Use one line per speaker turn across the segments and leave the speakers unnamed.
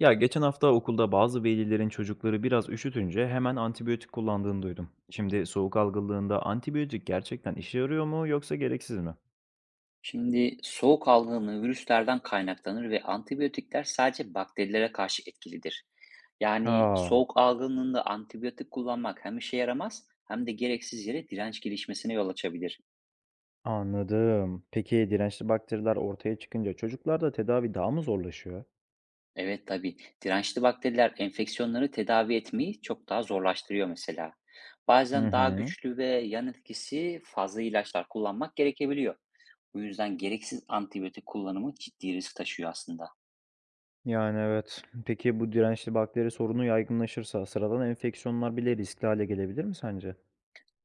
Ya geçen hafta okulda bazı velilerin çocukları biraz üşütünce hemen antibiyotik kullandığını duydum. Şimdi soğuk algınlığında antibiyotik gerçekten işe yarıyor mu yoksa gereksiz mi?
Şimdi soğuk algınlığı virüslerden kaynaklanır ve antibiyotikler sadece bakterilere karşı etkilidir. Yani
Aa,
soğuk algınlığında antibiyotik kullanmak hem işe yaramaz hem de gereksiz yere direnç gelişmesine yol açabilir.
anladım. Peki dirençli bakteriler ortaya çıkınca çocuklarda tedavi daha mı zorlaşıyor?
Evet tabii, dirençli bakteriler enfeksiyonları tedavi etmeyi çok daha zorlaştırıyor mesela.
Hı
Bazen daha
hı.
güçlü ve yan etkisi fazla ilaçlar kullanmak gerekebiliyor. Bu yüzden gereksiz antibiyotik kullanımı ciddi risk taşıyor aslında.
Yani evet. Peki bu dirençli bakteri sorunu yaygınlaşırsa sıradan enfeksiyonlar bile riskli hale gelebilir mi sence?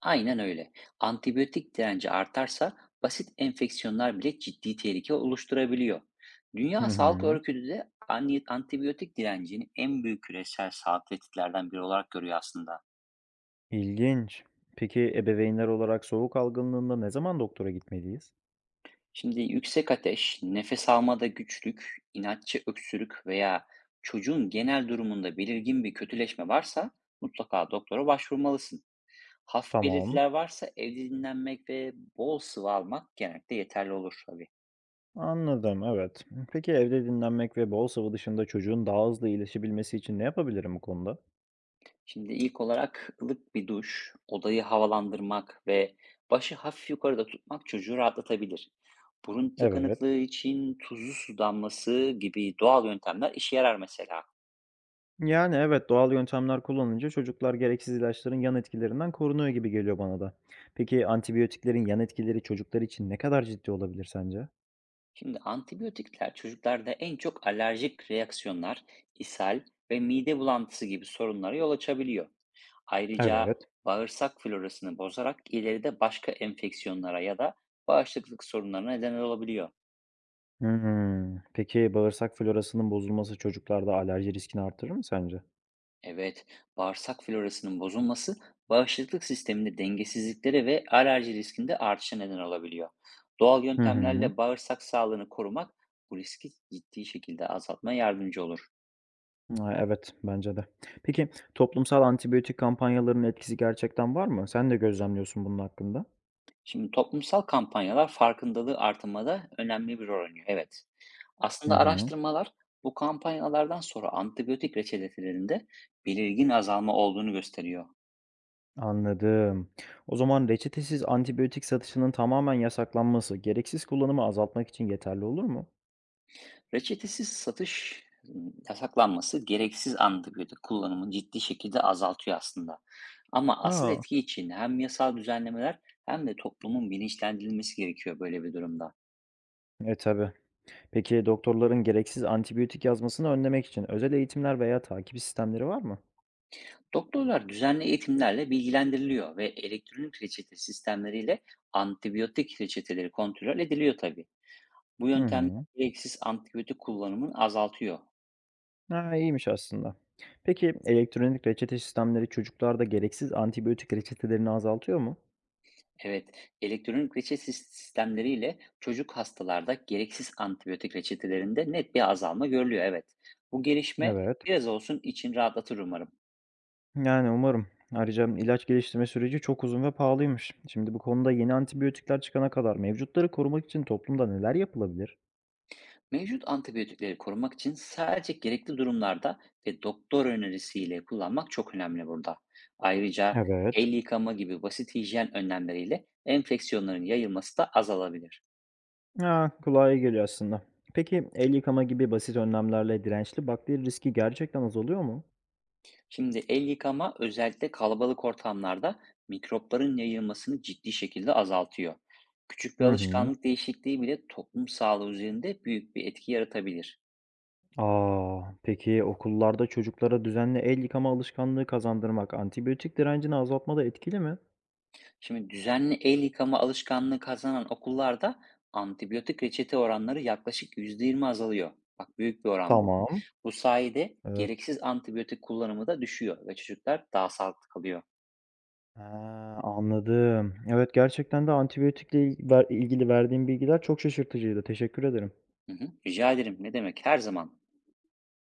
Aynen öyle. Antibiyotik direnci artarsa basit enfeksiyonlar bile ciddi tehlike oluşturabiliyor.
Hı
Dünya Sağlık
hı.
Örgütü de antibiyotik direncini en büyük küresel sağlık tehditlerden biri olarak görüyor aslında.
İlginç. Peki ebeveynler olarak soğuk algınlığında ne zaman doktora gitmeliyiz?
Şimdi yüksek ateş, nefes almada güçlük, inatçı öksürük veya çocuğun genel durumunda belirgin bir kötüleşme varsa mutlaka doktora başvurmalısın. Hafif
Tamam.
belirtiler varsa evde dinlenmek ve bol sıvı almak genellikle yeterli olur tabii.
Anladım, evet. Peki evde dinlenmek ve bol sıvı dışında çocuğun daha hızlı iyileşebilmesi için ne yapabilirim bu konuda?
Şimdi ilk olarak ılık bir duş, odayı havalandırmak ve başı hafif yukarıda tutmak çocuğu rahatlatabilir. Burun
Evet.
tıkanıklığı için tuzlu su damlası gibi doğal yöntemler işe yarar mesela.
Yani evet, doğal yöntemler kullanınca çocuklar gereksiz ilaçların yan etkilerinden korunuyor gibi geliyor bana da. Peki antibiyotiklerin yan etkileri çocuklar için ne kadar ciddi olabilir sence?
Şimdi antibiyotikler çocuklarda en çok alerjik reaksiyonlar, ishal ve mide bulantısı gibi sorunlara yol açabiliyor. Ayrıca
Evet.
bağırsak florasını bozarak ileride başka enfeksiyonlara ya da bağışıklık sorunlarına neden olabiliyor.
Hmm, peki bağırsak florasının bozulması çocuklarda alerji riskini artırır mı sence?
Evet, bağırsak florasının bozulması bağışıklık sisteminde dengesizliklere ve alerji riskinde artışa neden olabiliyor. Doğal
Hı hı.
yöntemlerle bağırsak sağlığını korumak bu riski ciddi şekilde azaltmaya yardımcı olur.
Ha, evet, bence de. Peki toplumsal antibiyotik kampanyalarının etkisi gerçekten var mı? Sen de gözlemliyorsun bunun hakkında.
Şimdi toplumsal kampanyalar farkındalığı artırmada önemli bir rol oynuyor. Evet.
Hı
Aslında
hı,
araştırmalar bu kampanyalardan sonra antibiyotik reçetelerinde belirgin azalma olduğunu gösteriyor.
anladım. O zaman reçetesiz antibiyotik satışının tamamen yasaklanması, gereksiz kullanımı azaltmak için yeterli olur mu?
Reçetesiz satış yasaklanması gereksiz antibiyotik kullanımını ciddi şekilde azaltıyor aslında. Ama asıl
Aa,
etki için hem yasal düzenlemeler hem de toplumun bilinçlendirilmesi gerekiyor böyle bir durumda.
e tabii. Peki doktorların gereksiz antibiyotik yazmasını önlemek için özel eğitimler veya takip sistemleri var mı?
Doktorlar düzenli eğitimlerle bilgilendiriliyor ve elektronik reçete sistemleriyle antibiyotik reçeteleri kontrol ediliyor tabii. Bu
Hı
yöntemler
hı.
gereksiz antibiyotik kullanımını azaltıyor.
Ha, iyiymiş aslında. Peki elektronik reçete sistemleri çocuklarda gereksiz antibiyotik reçetelerini azaltıyor mu?
Evet, elektronik reçete sistemleriyle çocuk hastalarda gereksiz antibiyotik reçetelerinde net bir azalma görülüyor. Evet, bu gelişme
Evet.
biraz olsun için rahatlatır umarım.
Yani umarım. Ayrıca ilaç geliştirme süreci çok uzun ve pahalıymış. Şimdi bu konuda yeni antibiyotikler çıkana kadar mevcutları korumak için toplumda neler yapılabilir?
Mevcut antibiyotikleri korumak için sadece gerekli durumlarda ve doktor önerisiyle kullanmak çok önemli burada. Ayrıca
Evet.
el yıkama gibi basit hijyen önlemleriyle enfeksiyonların yayılması da azalabilir.
Ha, kulağa iyi geliyor aslında. Peki el yıkama gibi basit önlemlerle dirençli bakteri riski gerçekten azalıyor mu?
Şimdi el yıkama özellikle kalabalık ortamlarda mikropların yayılmasını ciddi şekilde azaltıyor. Küçük
Hı
bir
hı.
alışkanlık değişikliği bile toplum sağlığı üzerinde büyük bir etki yaratabilir.
Aa, peki okullarda çocuklara düzenli el yıkama alışkanlığı kazandırmak antibiyotik direncini azaltmada etkili mi?
Şimdi düzenli el yıkama alışkanlığı kazanan okullarda antibiyotik reçete oranları yaklaşık %20 azalıyor. Bak, büyük bir oran bu.
Tamam.
Bu sayede
Evet.
gereksiz antibiyotik kullanımı da düşüyor ve çocuklar daha sağlıklı kalıyor.
He, anladım. Evet, gerçekten de antibiyotikle il ver ilgili verdiğim bilgiler çok şaşırtıcıydı. Teşekkür ederim.
Hı hı. Rica ederim. Ne demek? Her zaman.